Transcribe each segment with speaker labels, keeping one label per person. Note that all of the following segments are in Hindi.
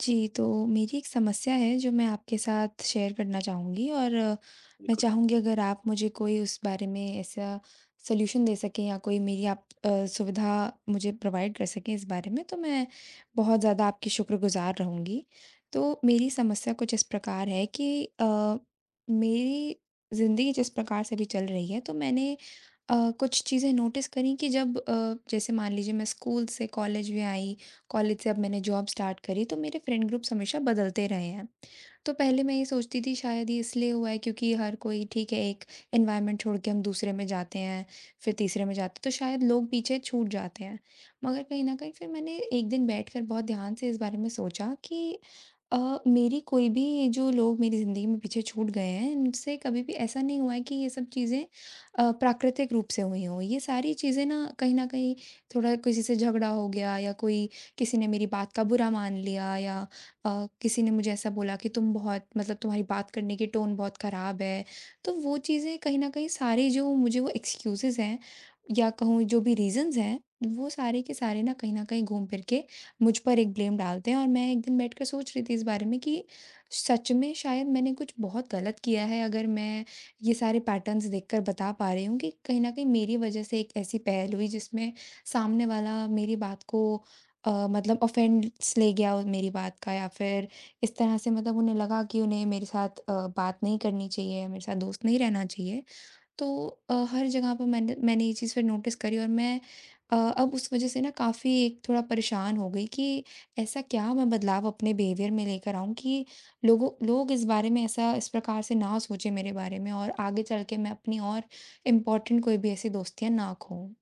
Speaker 1: जी, तो मेरी एक समस्या है जो मैं आपके साथ शेयर करना चाहूँगी और मैं चाहूँगी अगर आप मुझे कोई उस बारे में ऐसा सॉल्यूशन दे सकें या कोई मेरी आप सुविधा मुझे प्रोवाइड कर सकें इस बारे में, तो मैं बहुत ज़्यादा आपकी शुक्रगुज़ार रहूँगी। तो मेरी समस्या कुछ इस प्रकार है कि मेरी ज़िंदगी जिस प्रकार से भी चल रही है, तो मैंने कुछ चीज़ें नोटिस करी कि जब जैसे मान लीजिए मैं स्कूल से कॉलेज में आई, कॉलेज से अब मैंने जॉब स्टार्ट करी तो मेरे फ्रेंड ग्रुप्स हमेशा बदलते रहे हैं। तो पहले मैं ये सोचती थी शायद ये इसलिए हुआ है क्योंकि हर कोई ठीक है, एक एनवायरनमेंट छोड़ के हम दूसरे में जाते हैं, फिर तीसरे में जाते हैं, तो शायद लोग पीछे छूट जाते हैं। मगर कहीं न कहीं फिर मैंने एक दिन बैठकर बहुत ध्यान से इस बारे में सोचा कि मेरी कोई भी ये जो लोग मेरी ज़िंदगी में पीछे छूट गए हैं, इनसे कभी भी ऐसा नहीं हुआ है कि ये सब चीज़ें प्राकृतिक रूप से हुई हों। ये सारी चीज़ें ना कहीं न कहीं थोड़ा किसी से झगड़ा हो गया या कोई किसी ने मेरी बात का बुरा मान लिया या किसी ने मुझे ऐसा बोला कि तुम बहुत मतलब तुम्हारी बात करने की टोन बहुत ख़राब है। तो वो चीज़ें कहीं न कहीं सारी जो मुझे, वो एक्सक्यूज़ेज़ हैं या कहूँ जो भी रीज़न्स हैं, वो सारे के सारे ना कहीं न कहीं घूम फिर के मुझ पर एक ब्लेम डालते हैं और मैं एक दिन बैठकर सोच रही थी इस बारे में कि सच में शायद मैंने कुछ बहुत गलत किया है अगर मैं ये सारे पैटर्न्स देखकर बता पा रही हूँ कि कहीं न कहीं मेरी वज़ह से एक ऐसी पहल हुई जिसमें सामने वाला मेरी बात को मतलब ऑफ़ेंस ले गया वो मेरी बात का, या फिर इस तरह से मतलब उन्हें लगा कि उन्हें मेरे साथ बात नहीं करनी चाहिए, मेरे साथ दोस्त नहीं रहना चाहिए। तो हर जगह पे मैंने मैंने ये चीज़ फिर नोटिस करी और मैं अब उस वज़ह से ना काफ़ी एक थोड़ा परेशान हो गई कि ऐसा क्या मैं बदलाव अपने बिहेवियर में लेकर आऊँ कि लोग इस बारे में ऐसा इस प्रकार से ना सोचें मेरे बारे में और आगे चल के मैं अपनी और इम्पोर्टेंट कोई भी ऐसी दोस्तियाँ ना खोऊँ।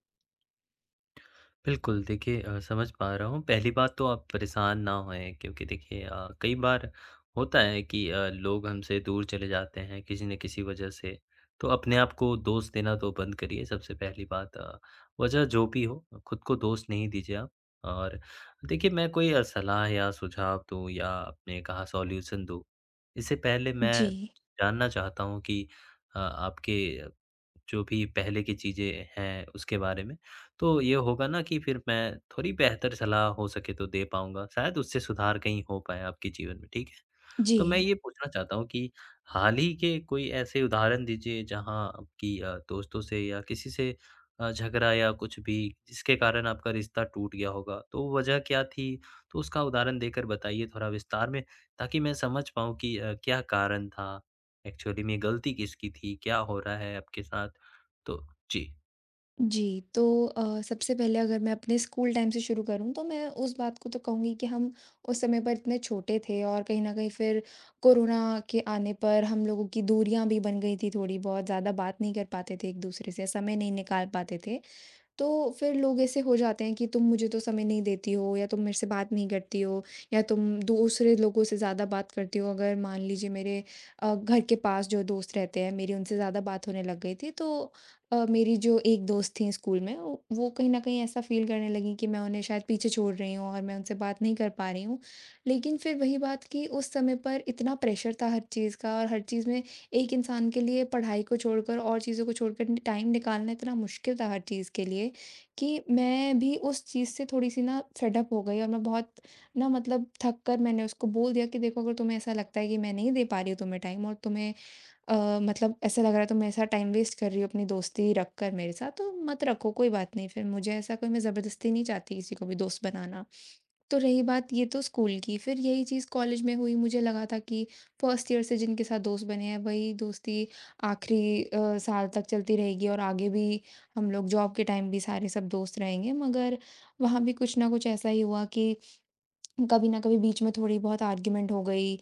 Speaker 2: बिल्कुल, देखिए समझ पा रहा हूँ। पहली बात तो आप परेशान ना होएँ क्योंकि देखिए कई बार होता है कि लोग हमसे दूर चले जाते हैं किसी न किसी वजह से। तो अपने आप को दोष देना तो बंद करिए सबसे पहली बात। वजह जो भी हो खुद को दोष नहीं दीजिए आप। और देखिए मैं कोई सलाह या सुझाव दूँ या आपने कहा सॉल्यूशन दूँ, इससे पहले
Speaker 1: जी।
Speaker 2: मैं जानना चाहता हूँ कि आपके जो भी पहले की चीज़ें हैं उसके बारे में? तो ये होगा ना कि फिर मैं थोड़ी बेहतर सलाह हो सके तो दे पाऊँगा, शायद उससे सुधार कहीं हो पाए आपके जीवन में, ठीक है? तो मैं
Speaker 1: जी।
Speaker 2: ये पूछना चाहता हूँ कि हाल ही के कोई ऐसे उदाहरण दीजिए जहाँ आपकी दोस्तों से या किसी से झगड़ा या कुछ भी जिसके कारण आपका रिश्ता टूट गया होगा, तो वो वजह क्या थी? तो उसका उदाहरण देकर बताइए थोड़ा विस्तार में ताकि मैं समझ पाऊँ कि क्या कारण था? एक्चुअली में गलती किसकी थी? क्या हो रहा है आपके साथ? तो जी।
Speaker 1: जी, तो सबसे पहले अगर मैं अपने स्कूल टाइम से शुरू करूँ तो मैं उस बात को तो कहूँगी कि हम उस समय पर इतने छोटे थे और कहीं न कहीं फिर कोरोना के आने पर हम लोगों की दूरियाँ भी बन गई थी थोड़ी बहुत, ज़्यादा बात नहीं कर पाते थे एक-दूसरे से, समय नहीं निकाल पाते थे। तो फिर लोग ऐसे हो जाते हैं कि तुम मुझे तो समय नहीं देती हो या तुम मेरे से बात नहीं करती हो या तुम दूसरे लोगों से ज़्यादा बात करती हो। अगर मान लीजिए मेरे घर के पास जो दोस्त रहते हैं मेरी, उनसे ज़्यादा बात होने लग गई थी तो मेरी जो एक दोस्त थी स्कूल में वो कहीं न कहीं ऐसा फ़ील करने लगी कि मैं उन्हें शायद पीछे छोड़ रही हूँ और मैं उनसे बात नहीं कर पा रही हूँ। लेकिन फिर वही बात कि उस समय पर इतना प्रेशर था हर चीज़ का, और हर चीज़ में एक इंसान के लिए पढ़ाई को छोड़कर और चीज़ों को छोड़कर नि टाइम निकालना इतना मुश्किल था हर चीज़ के लिए, कि मैं भी उस चीज़ से थोड़ी-सी ना फेड अप हो गई और मैं बहुत ना मतलब थक कर मैंने उसको बोल दिया कि देखो, अगर तुम्हें ऐसा लगता है कि मैं नहीं दे पा रही हूँ तुम्हें टाइम और तुम्हें मतलब ऐसा लग रहा है तुम मेरे साथ टाइम वेस्ट कर रही हो अपनी दोस्ती रख कर मेरे साथ, तो मत रखो कोई बात नहीं। फिर मुझे ऐसा कोई, मैं ज़बरदस्ती नहीं चाहती किसी को भी दोस्त बनाना। तो रही बात ये तो स्कूल की, फिर यही चीज़ कॉलेज में हुई। मुझे लगा था कि फर्स्ट ईयर से जिनके साथ दोस्त बने हैं, वही दोस्ती आखिरी साल तक चलती रहेगी और आगे भी हम लोग जॉब के टाइम भी सारे सब दोस्त रहेंगे। मगर वहाँ भी कुछ ना कुछ ऐसा ही हुआ कि कभी ना कभी बीच में थोड़ी बहुत आर्ग्यूमेंट हो गई,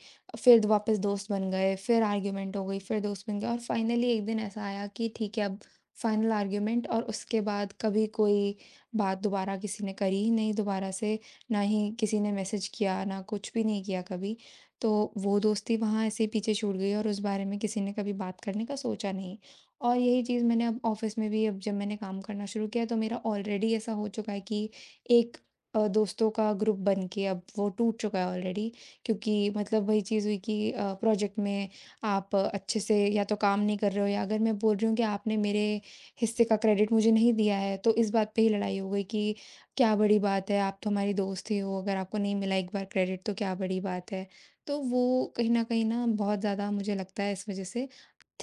Speaker 1: फिर वापस दोस्त बन गए, फिर आर्ग्यूमेंट हो गई, फिर दोस्त बन गए और फाइनली एक दिन ऐसा आया कि ठीक है अब फाइनल आर्ग्यूमेंट, और उसके बाद कभी कोई बात दोबारा किसी ने करी ही नहीं दोबारा से, ना ही किसी ने मैसेज किया, ना कुछ भी नहीं किया कभी। तो वो दोस्ती वहाँ ऐसे ही पीछे छूट गई और उस बारे में किसी ने कभी बात करने का सोचा नहीं। और यही चीज़ मैंने अब ऑफ़िस में भी, अब जब मैंने काम करना शुरू किया तो मेरा ऑलरेडी ऐसा हो चुका है कि एक दोस्तों का ग्रुप बन के अब वो टूट चुका है ऑलरेडी, क्योंकि मतलब वही चीज़ हुई कि प्रोजेक्ट में आप अच्छे से या तो काम नहीं कर रहे हो, या अगर मैं बोल रही हूँ कि आपने मेरे हिस्से का क्रेडिट मुझे नहीं दिया है तो इस बात पे ही लड़ाई हो गई कि क्या बड़ी बात है, आप तो हमारी दोस्त ही हो, अगर आपको नहीं मिला एक बार क्रेडिट तो क्या बड़ी बात है। तो वो कहीं ना बहुत ज़्यादा मुझे लगता है, इस वजह से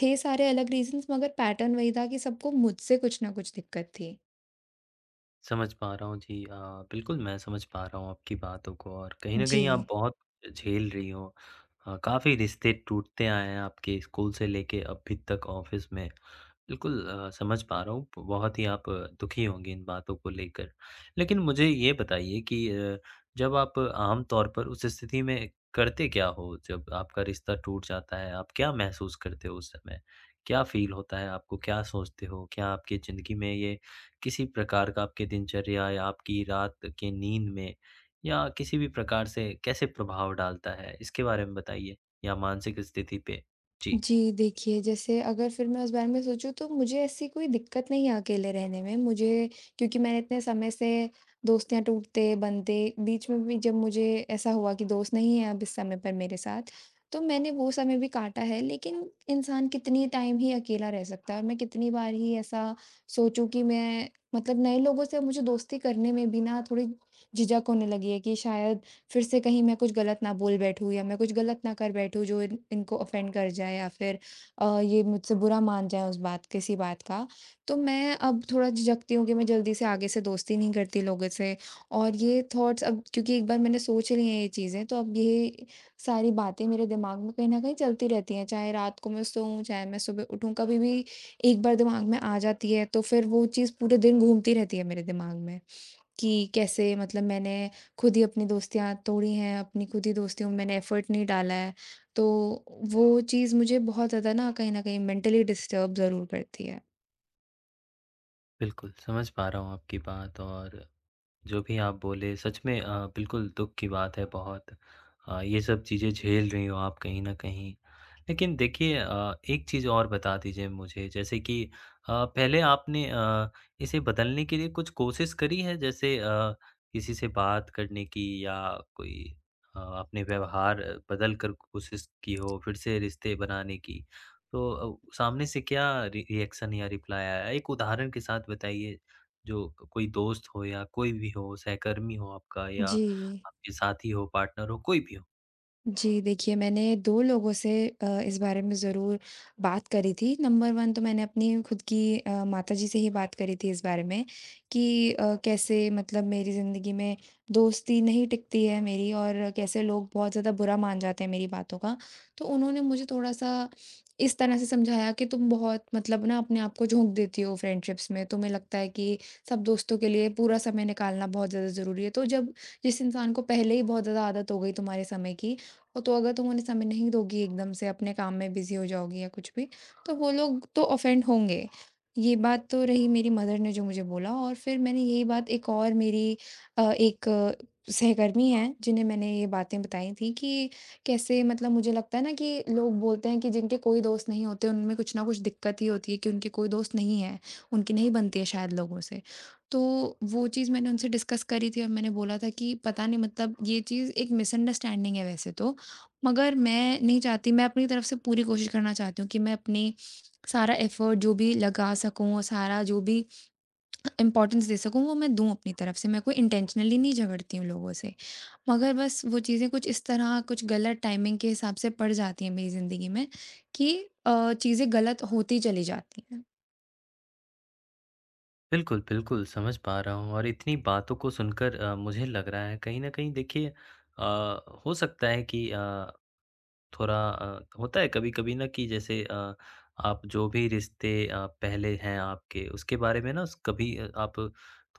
Speaker 1: थे सारे अलग रीजंस, मगर पैटर्न वही था कि सबको मुझसे कुछ ना कुछ दिक्कत थी।
Speaker 2: समझ पा रहा हूँ जी। बिल्कुल मैं समझ पा रहा हूँ आपकी बातों को और कहीं न कहीं आप
Speaker 1: जी।
Speaker 2: बहुत झेल रही हो। काफ़ी रिश्ते टूटते आए हैं आपके स्कूल से लेके अभी तक ऑफ़िस में। बिल्कुल समझ पा रहा हूँ। बहुत ही आप दुखी होंगे इन बातों को लेकर। लेकिन मुझे ये बताइए कि जब आप आम तौर पर उस स्थिति में करते क्या हो जब आपका रिश्ता टूट जाता है? आप क्या महसूस करते हो उस समय? क्या फ़ील होता है आपको? क्या सोचते हो? क्या आपकी ज़िंदगी में ये किसी प्रकार का आपके दिनचर्या या आपकी रात की नींद में या किसी भी प्रकार से कैसे प्रभाव डालता है? इसके बारे में बताइए या मानसिक स्थिति पे? जी।
Speaker 1: जी, देखिए जैसे अगर फिर मैं उस बारे में सोचूँ तो मुझे ऐसी कोई दिक्कत नहीं है अकेले रहने में। मुझे, क्योंकि मैंने इतने समय से दोस्तियाँ टूटते, बनते, बीच में भी जब मुझे ऐसा हुआ कि दोस्त नहीं है अब इस समय पर मेरे साथ, तो मैंने वो समय भी काटा है। लेकिन इंसान कितनी टाइम ही अकेला रह सकता है, और मैं कितनी बार ही ऐसा सोचूँ कि मैं मतलब नए लोगों से मुझे दोस्ती करने में भी ना थोड़ी झिझक होने लगी है कि शायद फिर से कहीं मैं कुछ गलत ना बोल बैठूँ या मैं कुछ गलत ना कर बैठूँ जो इन इनको ऑफ़ेंड कर जाए, या फिर ये मुझसे बुरा मान जाएँ उस बात, किसी बात का। तो मैं अब थोड़ा झिझकती हूँ कि मैं जल्दी से आगे से दोस्ती नहीं करती लोगों से और ये थॉट्स अब क्योंकि एक बार मैंने सोच ली हैं ये चीज़ें, तो अब ये सारी बातें मेरे दिमाग में कहीं न कहीं चलती रहती हैं, चाहे रात को मैं सोऊँ, चाहे मैं सुबह उठूँ, कभी भी एक बार दिमाग में आ जाती है तो फिर वो चीज़ पूरे दिन घूमती रहती है मेरे दिमाग में, कि कैसे मतलब मैंने खुद ही अपनी दोस्तियाँ तोड़ी हैं, अपनी खुद ही दोस्तियों में मैंने एफ़र्ट नहीं डाला है। तो वो चीज़ मुझे बहुत ज़्यादा ना कहीं न कहीं मेंटली डिस्टर्ब ज़रूर करती है।
Speaker 2: बिल्कुल, समझ पा रहा हूँ आपकी बात और जो भी आप बोले सच में बिल्कुल दुःख की बात है बहुत ये सब चीज़ें झेल रही हो आप कहीं न कहीं। लेकिन देखिए एक चीज़ और बता दीजिए मुझे जैसे कि पहले आपने इसे बदलने के लिए कुछ कोशिश करी है? जैसे किसी से बात करने की या कोई आपने व्यवहार बदल कर कोशिश की हो, फिर से रिश्ते बनाने की? तो सामने से क्या रि रिएक्शन या रिप्लाई आया? एक उदाहरण के साथ बताइए। जो क कोई दोस्त हो या कोई भी हो, सहकर्मी हो आपका या
Speaker 1: जी।
Speaker 2: आपके साथी हो, पार्टनर हो, कोई भी हो।
Speaker 1: जी, देखिए मैंने 2 लोगों से इस बारे में ज़रूर बात करी थी। नंबर 1 तो मैंने अपनी खुद की माताजी से ही बात करी थी इस बारे में कि कैसे मतलब मेरी ज़िंदगी में दोस्ती नहीं टिकती है मेरी, और कैसे लोग बहुत ज़्यादा बुरा मान जाते हैं मेरी बातों का। तो उन्होंने मुझे थोड़ा-सा इस तरह से समझाया कि तुम बहुत मतलब ना अपने आप को झोंक देती हो फ्रेंडशिप्स में। तुम्हें लगता है कि सब दोस्तों के लिए पूरा समय निकालना बहुत ज़्यादा ज़रूरी है। तो जब जिस इंसान को पहले ही बहुत ज़्यादा आदत हो गई तुम्हारे समय की, और तो अगर तुम उन्हें समय नहीं दोगी एकदम से, अपने काम में बिज़ी हो जाओगी या कुछ भी, तो वो लोग तो ऑफ़ेंड होंगे। ये बात तो रही मेरी मदर ने जो मुझे बोला, और फिर मैंने यही बात एक और मेरी एक सहकर्मी हैं, जिन्हें मैंने ये बातें बताई थी कि कैसे मतलब मुझे लगता है ना कि लोग बोलते हैं कि जिनके कोई दोस्त नहीं होते, उनमें कुछ ना कुछ दिक्कत ही होती है कि उनके कोई दोस्त नहीं है, उनकी नहीं बनती है शायद लोगों से। तो वो चीज़ मैंने उनसे डिस्कस करी थी और मैंने बोला था कि पता नहीं मतलब ये चीज़ एक मिसअंडरस्टैंडिंग है वैसे तो, मगर मैं नहीं चाहती, मैं अपनी तरफ से पूरी कोशिश करना चाहती हूँ कि मैं अपनी सारा एफ़र्ट जो भी लगा सकूँ और सारा जो भी इम्पोर्टेंस दे सकूँ वो मैं दूँ अपनी तरफ से। मैं कोई इंटेंशनली नहीं झगड़ती हूँ लोगों से। मगर बस वो चीज़ें कुछ इस तरह कुछ गलत टाइमिंग के हिसाब से पड़ जाती हैं मेरी ज़िंदगी में कि चीज़ें गलत होती चली जाती हैं।
Speaker 2: बिल्कुल, बिल्कुल, समझ पा रहा हूँ और इतनी बातों को सुनकर मुझे लग रहा है कहीं न कहीं देखिए हो सकता है कि थोड़ा होता है कभी-कभी ना कि जैसे आप जो भी रिश्ते पहले हैं आपके, उसके बारे में ना स कभी आप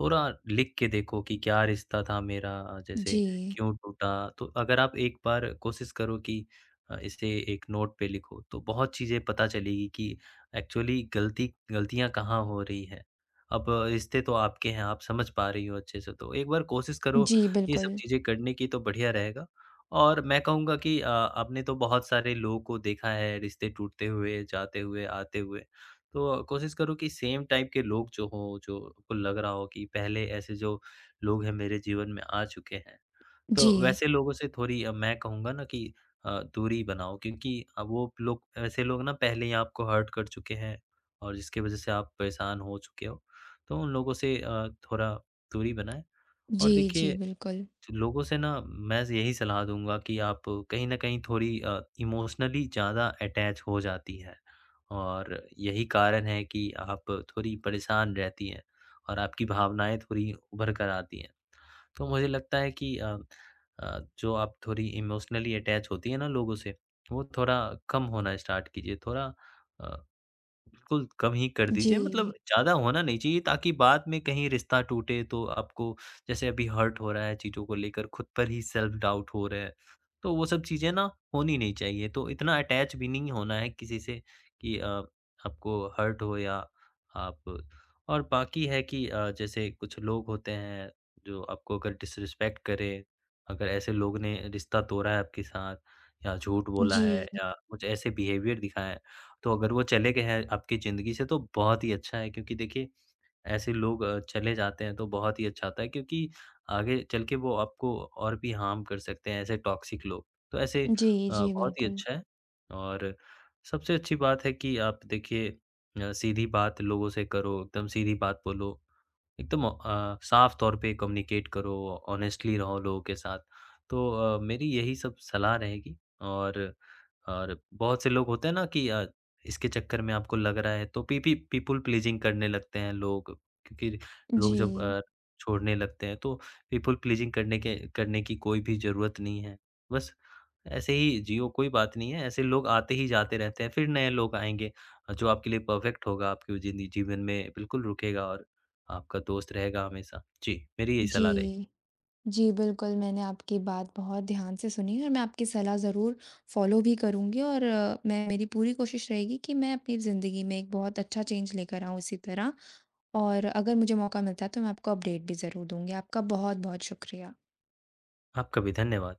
Speaker 2: थोड़ा लिख के देखो कि क्या रिश्ता था मेरा जैसे
Speaker 1: जी।
Speaker 2: क्यों टूटा? तो अगर आप एक बार कोशिश करो कि इसे एक नोट पे लिखो, तो बहुत चीज़ें पता चलेगी कि एक्चुअली गलती गलतियाँ कहाँ हो रही हैं। अब रिश्ते तो आपके हैं, आप समझ पा रही हो अच्छे से, तो एक बार कोशिश करो
Speaker 1: जी,
Speaker 2: ये सब
Speaker 1: बिल्कुल।
Speaker 2: चीज़ें करने की तो बढ़िया रहेगा। और मैं कहूँगा कि आपने तो बहुत सारे लोगों को देखा है रिश्ते टूटते हुए, जाते हुए, आते हुए। तो कोशिश करो कि सेम टाइप के लोग जो हों, जो आपको लग रहा हो कि पहले ऐसे जो लोग हैं मेरे जीवन में आ चुके हैं, तो
Speaker 1: जी।
Speaker 2: वैसे लोगों से थोड़ी मैं कहूँगा ना कि अ, दूरी बनाओ क्योंकि वो लोग ऐसे लोग ना पहले ही आपको हर्ट कर चुके हैं और जिसकी वज़ह से आप परेशान हो चुके हो। तो उन लोगों से थोड़ा दूरी बनाएँ
Speaker 1: जी,
Speaker 2: और
Speaker 1: जी,
Speaker 2: देखिए
Speaker 1: बिल्कुल।
Speaker 2: लोगों से ना मैं यही सलाह दूँगा कि आप कहीं न कहीं थोड़ी इमोशनली ज़्यादा अटैच हो जाती हैं और यही कारण है कि आप थोड़ी परेशान रहती हैं और आपकी भावनाएँ थोड़ी उभर कर आती हैं। तो मुझे लगता है कि जो आप थोड़ी इमोशनली अटैच होती हैं ना लोगों से, वो थोड़ा कम होना स्टार्ट कीजिए। थोड़ा अ बिल्कुल, कम ही कर
Speaker 1: जी।
Speaker 2: दीजिए मतलब ज़्यादा होना नहीं चाहिए ताकि बाद में कहीं रिश्ता टूटे तो आपको जैसे अभी हर्ट हो रहा है चीज़ों को लेकर, खुद पर ही सेल्फ डाउट हो रहा है। तो वो सब चीज़ें ना होनी नहीं चाहिए, तो इतना अटैच भी नहीं होना है किसी से कि आपको हर्ट हो या आप और बाकी है कि जैसे कुछ लोग होते हैं जो आपको अगर डिसरिस्पेक्ट करें, अगर ऐसे लोग ने रिश्ता तोड़ा है आपके साथ या झूठ बोला है
Speaker 1: जी।
Speaker 2: या कुछ ऐसे बिहेवियर दिखाएँ तो अगर वो चले गए हैं आपकी ज़िंदगी से तो बहुत ही अच्छा है क्योंकि देखिए ऐसे लोग चले जाते हैं तो बहुत ही अच्छा होता है क्योंकि आगे चल के वो आपको और भी हार्म कर सकते हैं ऐसे टॉक्सिक लोग। तो ऐसे
Speaker 1: जी, जी,
Speaker 2: बहुत ही
Speaker 1: बिल्कुल।
Speaker 2: अच्छा है और सबसे अच्छी बात है कि आप देखिए सीधी बात लोगों से करो, एकदम सीधी बात बोलो। एकदम साफ तौर पे कम्युनिकेट करो, ऑनेस्टली रहो लोगों के साथ। तो मेरी यही सब सलाह रहेगी और और बहुत से लोग होते हैं ना कि इसके चक्कर में आपको लग रहा है तो पी पी पीपल प्लीज़िंग करने लगते हैं लोग क्योंकि लोग जब
Speaker 1: जी।
Speaker 2: छोड़ने लगते हैं तो पीपल प्लीज़िंग करने की कोई भी ज़रूरत नहीं है। बस ऐसे ही जियो, कोई बात नहीं है, ऐसे लोग आते ही जाते रहते हैं, फिर नए लोग आएँगे जो आपके लिए परफ़ेक्ट होगा, आपके जिंदी जीवन में बिल्कुल रुकेगा और आपका दोस्त रहेगा हमेशा। जी, मेरी यही सलाह रहेगी।
Speaker 1: जी। जी, बिल्कुल, मैंने आपकी बात बहुत ध्यान से सुनी है और मैं आपकी सलाह ज़रूर फ़ॉलो भी करूँगी, और मैं, मेरी पूरी कोशिश रहेगी कि मैं अपनी ज़िंदगी में एक बहुत अच्छा चेंज लेकर आऊँ इसी तरह, और अगर मुझे मौका मिलता है तो मैं आपको अपडेट भी ज़रूर दूँगी। आपका बहुत-बहुत शुक्रिया।
Speaker 2: आपका भी धन्यवाद।